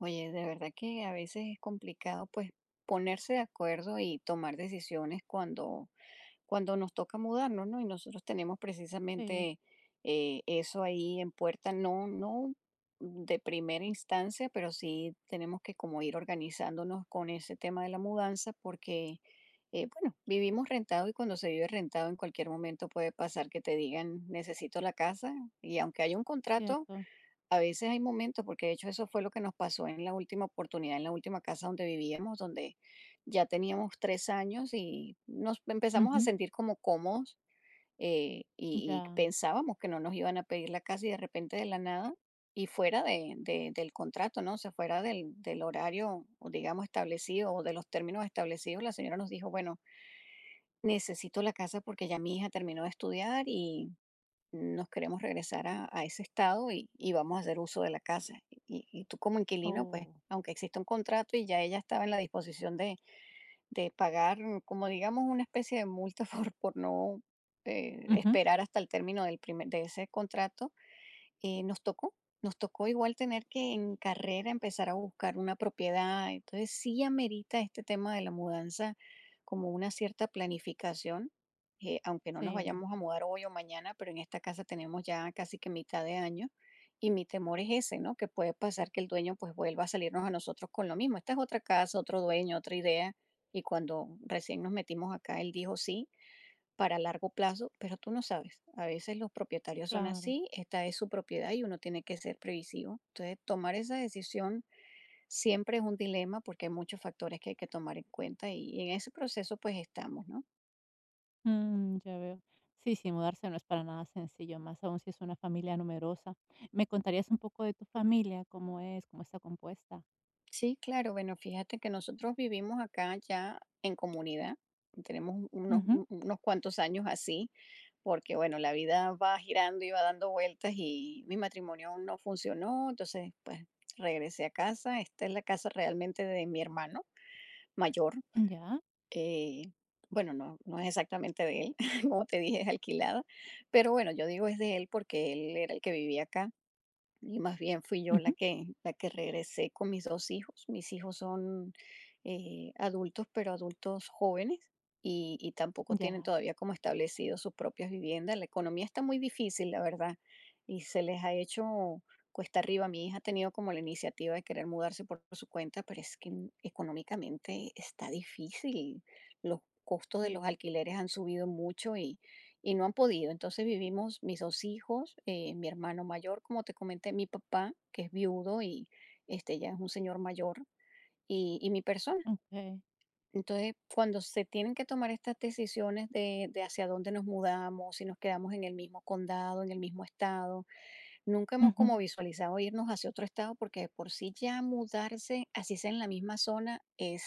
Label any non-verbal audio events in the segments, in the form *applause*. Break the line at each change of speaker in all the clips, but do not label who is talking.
Oye, de verdad que a veces es complicado pues ponerse de acuerdo y tomar decisiones cuando nos toca mudarnos, ¿no? Y nosotros tenemos
Sí,
precisamente eso ahí en puerta, no de primera instancia, pero sí tenemos que como ir organizándonos con ese tema de la mudanza porque, bueno, vivimos rentado y cuando se vive rentado en cualquier momento puede pasar que te digan necesito la casa y aunque hay un contrato,
cierto.
a veces hay momentos, porque de hecho eso fue lo que nos pasó en la última oportunidad, en la última casa donde vivíamos, donde ya teníamos 3 años y nos empezamos a
Ujú.
sentir como cómodos. Y
Ya.
pensábamos que no nos iban a pedir la casa y de repente de la nada y fuera del contrato, ¿no? O sea, fuera del horario, o digamos, establecido o de los términos establecidos, la señora nos dijo, bueno, necesito la casa porque ya mi hija terminó de estudiar y nos queremos regresar a ese estado y vamos a hacer uso de la casa. Y tú como inquilino, pues,
Oh.
aunque existe un contrato y ya ella estaba en la disposición de, pagar, como digamos, una especie de multa *laughs* por no
Ujú.
esperar hasta el término de ese contrato. eh, nos tocó, nos tocó igual tener que en carrera empezar a buscar una propiedad. Entonces sí amerita este tema de la mudanza como una cierta planificación, aunque no nos
Sí,
vayamos a mudar hoy o mañana, pero en esta casa tenemos ya casi que mitad de año. Y mi temor es ese, ¿no? Que puede pasar que el dueño pues vuelva a salirnos a nosotros con lo mismo. Esta es otra casa, otro dueño, otra idea. Y cuando recién nos metimos acá, él dijo sí para largo plazo, pero tú no sabes. A veces los propietarios son
claro.
así, esta es su propiedad y uno tiene que ser previsivo. Entonces, tomar esa decisión siempre es un dilema porque hay muchos factores que hay que tomar en cuenta y en ese proceso pues estamos, ¿no?
Mm, ya veo. Sí, sí, mudarse no es para nada sencillo, más aún si es una familia numerosa. ¿Me contarías un poco de tu familia? ¿Cómo es? ¿Cómo está compuesta?
Sí, claro, bueno, fíjate que nosotros vivimos acá ya en comunidad. Tenemos un- unos,
Ujú.
un- unos cuantos años así, porque bueno, la vida va girando y va dando vueltas y mi matrimonio aún no funcionó, entonces pues regresé a casa. Esta es la casa realmente de mi hermano mayor.
Ya.
eh, bueno, no es exactamente de él, *laughs* como te dije, es alquilada, pero bueno, yo digo es de él porque él era el que vivía acá. Y más bien fui yo la
Ujú.
que, regresé con mis dos hijos. Mis hijos son adultos, pero adultos jóvenes y, tampoco tienen
Ya.
todavía como establecido sus propias viviendas. La economía está muy difícil, la verdad, y se les ha hecho cuesta arriba. Mi hija ha tenido como la iniciativa de querer mudarse por su cuenta, pero es que económicamente está difícil. Los costos de los
Sí.
alquileres han subido mucho y no han podido. Entonces vivimos mis dos hijos, mi hermano mayor, como te comenté, mi papá, que es viudo y este ya es un señor mayor, y, mi persona.
Ok.
Entonces, cuando se tienen que tomar estas decisiones de hacia dónde nos mudamos, si nos quedamos en el mismo condado, en el mismo estado, nunca hemos
Ujú.
como visualizado irnos hacia otro estado porque de por sí ya mudarse, así sea en la misma zona, es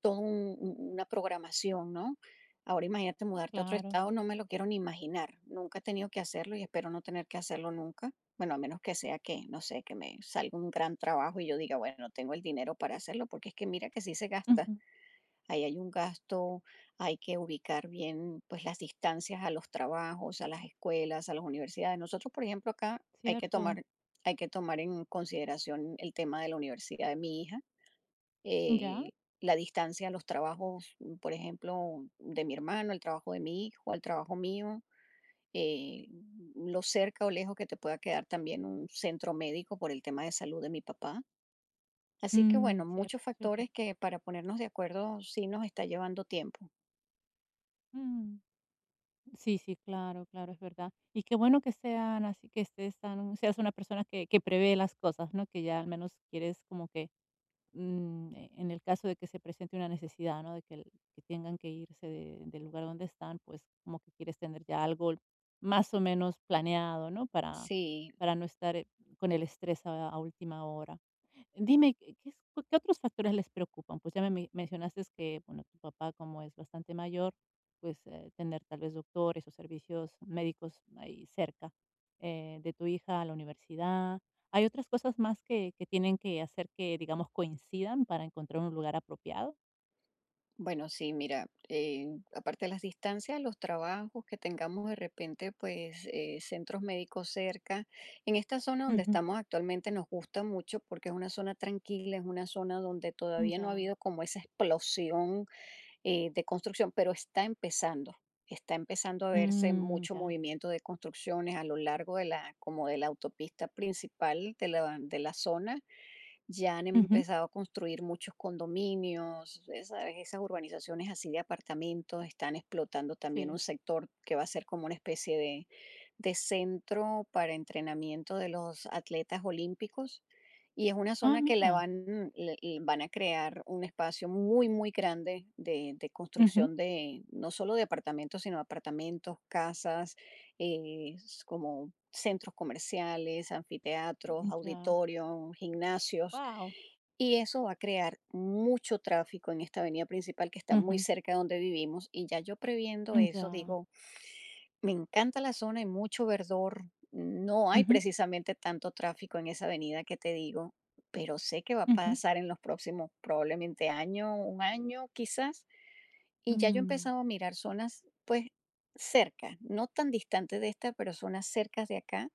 toda una programación, ¿no? Ahora imagínate mudarte a otro
Claro.
estado, no me lo quiero ni imaginar. Nunca he tenido que hacerlo y espero no tener que hacerlo nunca. Bueno, a menos que sea que, no sé, que me salga un gran trabajo y yo diga, bueno, tengo el dinero para hacerlo, porque es que mira que sí se gasta.
Ujú.
Ahí hay un gasto, hay que ubicar bien pues las distancias a los trabajos, a las escuelas, a las universidades. Nosotros, por ejemplo, acá
Cierto.
hay que tomar en consideración el tema de la universidad de mi hija,
Ya.
eh, la distancia a los trabajos, por ejemplo, de mi hermano, el trabajo de mi hijo, al trabajo mío, eh, lo cerca o lejos que te pueda quedar también un centro médico por el tema de salud de mi papá. Así que
Mm,
bueno,
cierto,
muchos
cierto.
factores que para ponernos de acuerdo sí nos está llevando tiempo.
Mm. Sí, sí, claro, claro, es verdad. Y qué bueno que sean así, que estés tan, seas una persona que prevé las cosas, ¿no? Que ya al menos quieres como que en el caso de que se presente una necesidad, ¿no? De que, que tengan que irse del lugar donde están, pues como que quieres tener ya algo más o menos planeado, ¿no?
Sí,
Para no estar con el estrés a última hora. Dime, ¿ qué otros factores les preocupan? Pues ya mencionaste que, bueno, tu papá como es bastante mayor, pues tener tal vez doctores o servicios médicos ahí cerca, de tu hija a la universidad. ¿Hay otras cosas más que tienen que hacer que, digamos, coincidan para encontrar un lugar apropiado?
bueno, sí, mira, aparte de las distancias, los trabajos que tengamos de repente, pues centros médicos cerca. En esta zona donde
Ujú.
estamos actualmente nos gusta mucho porque es una zona tranquila, es una zona donde todavía no ha
Ya.
habido como esa explosión de construcción, pero está empezando. Está empezando a verse
Mm,
mucho
ya.
movimiento de construcciones a lo largo de la, como de la autopista principal de la zona. Ya han
Ujú.
empezado a construir muchos condominios, esas urbanizaciones así de apartamentos. Están explotando también un
Sí.
sector que va a ser como una especie de centro para entrenamiento de los atletas olímpicos. Y es una
Ah,
zona que la
mira.
van, le- le van a crear un espacio muy, muy grande de,
Ujú.
construcción de, no solo de apartamentos, sino apartamentos, casas, como centros comerciales, anfiteatros,
Mm, ya.
auditorios, gimnasios.
Wow,
Y eso va a crear mucho tráfico en esta avenida principal que está muy cerca de donde vivimos. Y ya yo previendo eso,
ya.
digo, me encanta la zona, hay mucho verdor, no hay
Ujú.
precisamente tanto tráfico en esa avenida que te digo, pero sé que va a
Ujú.
pasar en los próximos, probablemente año, un año quizás. Y ya yo he
Mm.
empezado a mirar zonas, pues, cerca, no tan distantes de esta, pero zonas cercas de acá,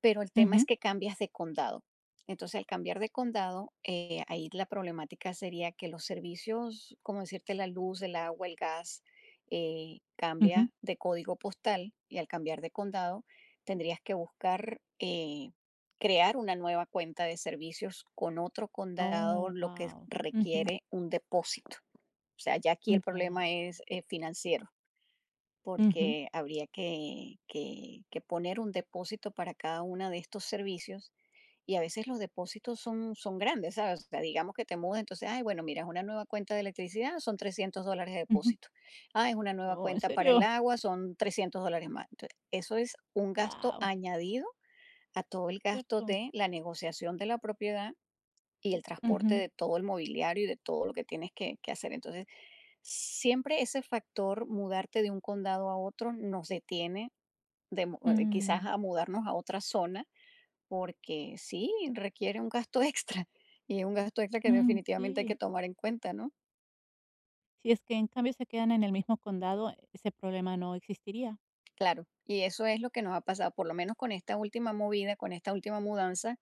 pero el tema es
Ujú.
que cambias de condado. Entonces, al cambiar de condado, ahí la problemática sería que los servicios, como decirte, la luz, el agua, el gas,
Ujú.
cambia de código postal y al cambiar de condado tendrías que buscar crear una nueva cuenta de servicios con otro condado,
Oh,
lo que
wow,
requiere un depósito. O sea, ya aquí el
ya.
problema es financiero,
Ujú.
porque habría que poner un depósito para cada uno de estos servicios y a veces los depósitos son grandes, ¿sabes? O sea, digamos que te mudas, entonces, ay, bueno, mira, es una nueva cuenta de electricidad, son $300 de
Ujú.
depósito. Ah, es una nueva
Oh, ¿en
cuenta para el
serio?
agua, son $300 más. Entonces, eso es un gasto
Wow,
añadido a todo el gasto
cierto.
de la negociación de la propiedad y el transporte
Ujú.
de todo el mobiliario y de todo lo que tienes que hacer. Entonces, siempre ese factor, mudarte de un condado a otro, nos detiene quizás
Mm,
a mudarnos a otra zona, porque sí, requiere un gasto *laughs* extra y un gasto extra que
mm,
definitivamente hay que
sí.
tomar en cuenta, ¿no?
Si es que en cambio se quedan en el mismo condado, ese problema no existiría.
Claro, y eso es lo que nos ha pasado, por lo menos con esta última movida, con esta última mudanza.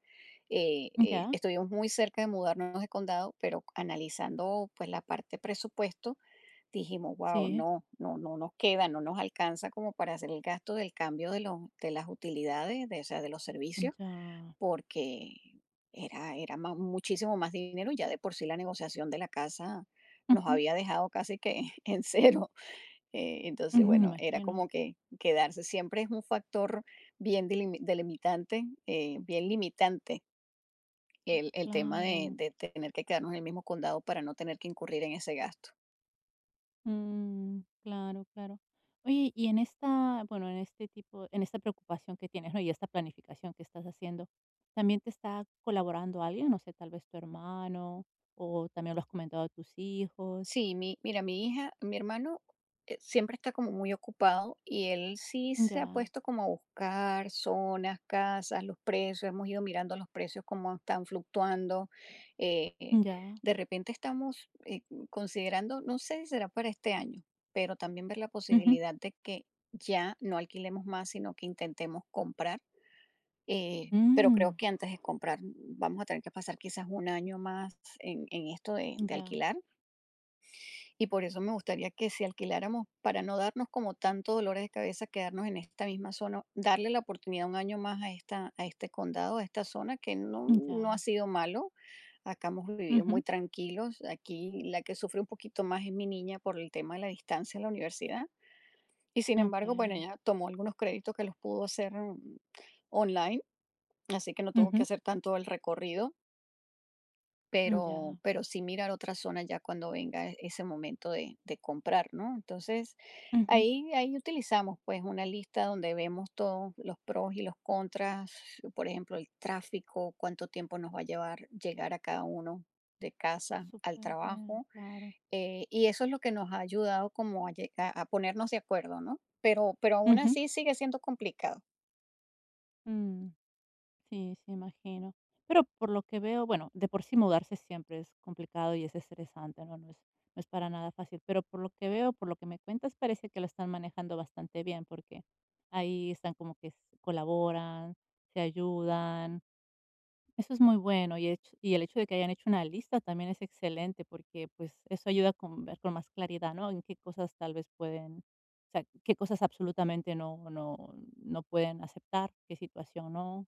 Ya,
Estuvimos muy cerca de mudarnos de condado, pero analizando pues la parte presupuesto, dijimos: "Guau,
sí,
no nos queda, no nos alcanza como para hacer el gasto del cambio de los de las utilidades, de, o sea, de los servicios",
ya.
porque era era ma muchísimo más dinero, y ya de por sí la negociación de la casa nos
Ujú,
había dejado casi que *laughs* en cero. Eh,
ujú,
entonces,
me
bueno, era
imagino,
como que quedarse. Siempre es un factor bien delimitante, bien limitante el tema de
claro.
de tener que quedarnos en el mismo condado para no tener que incurrir en ese gasto.
Mm, claro, claro. Oye, y en esta, bueno, en este tipo, en esta preocupación que tienes, ¿no? Y esta planificación que estás haciendo, ¿también te está colaborando alguien? No sé, tal vez tu hermano, o también lo has comentado a tus hijos.
Sí, mira, mi hija, mi hermano siempre está como muy ocupado y él sí se ha
Ya,
puesto como a buscar zonas, casas, los precios. Hemos ido mirando los precios, cómo están fluctuando. eh,
ya.
de repente estamos considerando, no sé si será para este año, pero también ver la
Ujú,
posibilidad de que ya no alquilemos más, sino que intentemos comprar. Pero creo
mm,
que antes de comprar vamos a tener que pasar quizás un año más en esto de
ya,
alquilar y por eso me gustaría que si alquiláramos, para no darnos como tanto dolores de cabeza, quedarnos en esta misma zona, darle la oportunidad un año más a esta, a este condado, a esta zona, que no ha
ya.
sido malo. Acá hemos vivido muy
Ujú,
tranquilos. Aquí la que sufre un poquito más es mi niña por el tema de la distancia a la universidad. Y sin embargo, bueno,
okey.
ella tomó algunos créditos que los pudo hacer, online, así que no tuvo que
Ujú,
hacer tanto el recorrido, pero,
ya.
pero sí mirar otras zonas ya cuando venga ese momento de, comprar, ¿no? Entonces,
Ujú,
ahí utilizamos pues una lista donde vemos todos los pros y los contras, por ejemplo, el tráfico, cuánto tiempo nos va a llevar llegar a cada uno de casa al
superbién,
trabajo,
claro.
y eso es lo que nos ha ayudado como a, llega- a ponernos de acuerdo, ¿no? Pero aún
Ujú.
así sigue siendo complicado.
Mm, sí, sí, imagino. Pero por lo que veo, bueno, de por sí mudarse siempre es complicado y es estresante, ¿no? No es, no es para nada fácil, pero por lo que veo, por lo que me cuentas, parece que lo están manejando bastante bien porque ahí están como que colaboran, se ayudan, eso es muy bueno y, y el hecho de que hayan hecho una lista también es excelente porque pues eso ayuda a con ver con más claridad, ¿no? En qué cosas tal vez pueden, o sea, qué cosas absolutamente no, no, no pueden aceptar, qué situación no,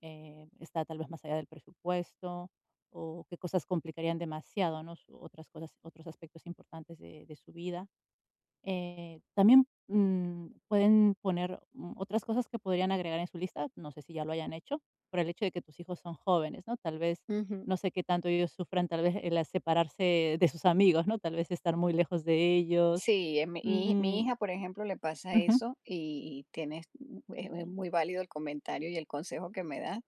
está tal vez más allá del presupuesto o qué cosas complicarían demasiado, ¿no? Otras cosas, otros aspectos importantes de su vida. También, mm, pueden poner, mm, otras cosas que podrían agregar en su lista, no sé si ya lo hayan hecho, por el hecho de que tus hijos son jóvenes, ¿no? Tal vez,
Ujú.
no sé qué tanto ellos sufran, tal vez el separarse de sus amigos, ¿no? Tal vez estar muy lejos de ellos.
Sí, mi
Mm,
hija, por ejemplo, le pasa
ujú.
eso y es muy válido el comentario y el consejo que me das,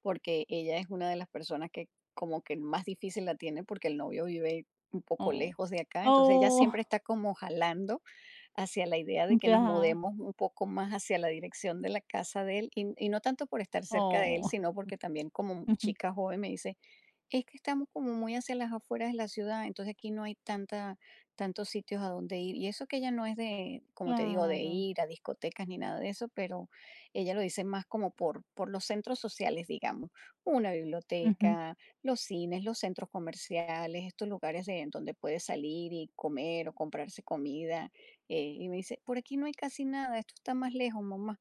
porque ella es una de las personas que como que más difícil la tiene porque el novio vive un poco
Oh.
lejos de acá, entonces ella siempre
Oh,
está como jalando hacia la idea de
*laughs*
que nos
ya.
mudemos un poco más hacia la dirección de la casa de él y, no tanto por estar cerca de él,
Oh,
sino porque también como
ujú.
chica joven me dice, es que estamos como muy hacia las afueras de la ciudad, entonces aquí no hay tantos sitios a donde ir. Y eso que ella no es de, como te digo, de
Claro.
ir a discotecas ni nada de eso, pero ella lo dice más como por los centros sociales, digamos. Una
Ujú.
biblioteca, los cines, los centros comerciales, estos lugares de, donde puedes salir y comer o comprarse comida. Y me dice, por aquí no hay casi nada, esto está más lejos, mamá.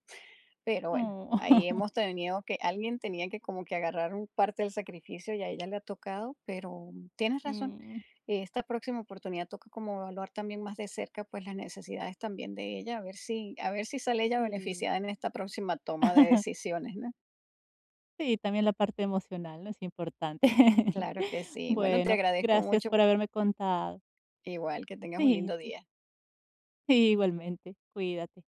Pero bueno, ahí
Oh.
hemos
*laughs*
tenido que alguien tenía que como que agarrar un parte del sacrificio y a ella le ha tocado, pero tienes razón,
Mm,
esta próxima oportunidad toca como evaluar también más de cerca pues las necesidades también de ella, a ver si sale ella
sí.
beneficiada en esta próxima toma de decisiones, ¿no?
Sí, también la parte emocional, ¿no? Es importante. *laughs*
Claro que sí. Bueno, te
Bueno,
agradezco
gracias
mucho,
por haberme contado.
igual que tengas un
Sí,
lindo día.
sí, igualmente. Cuídate.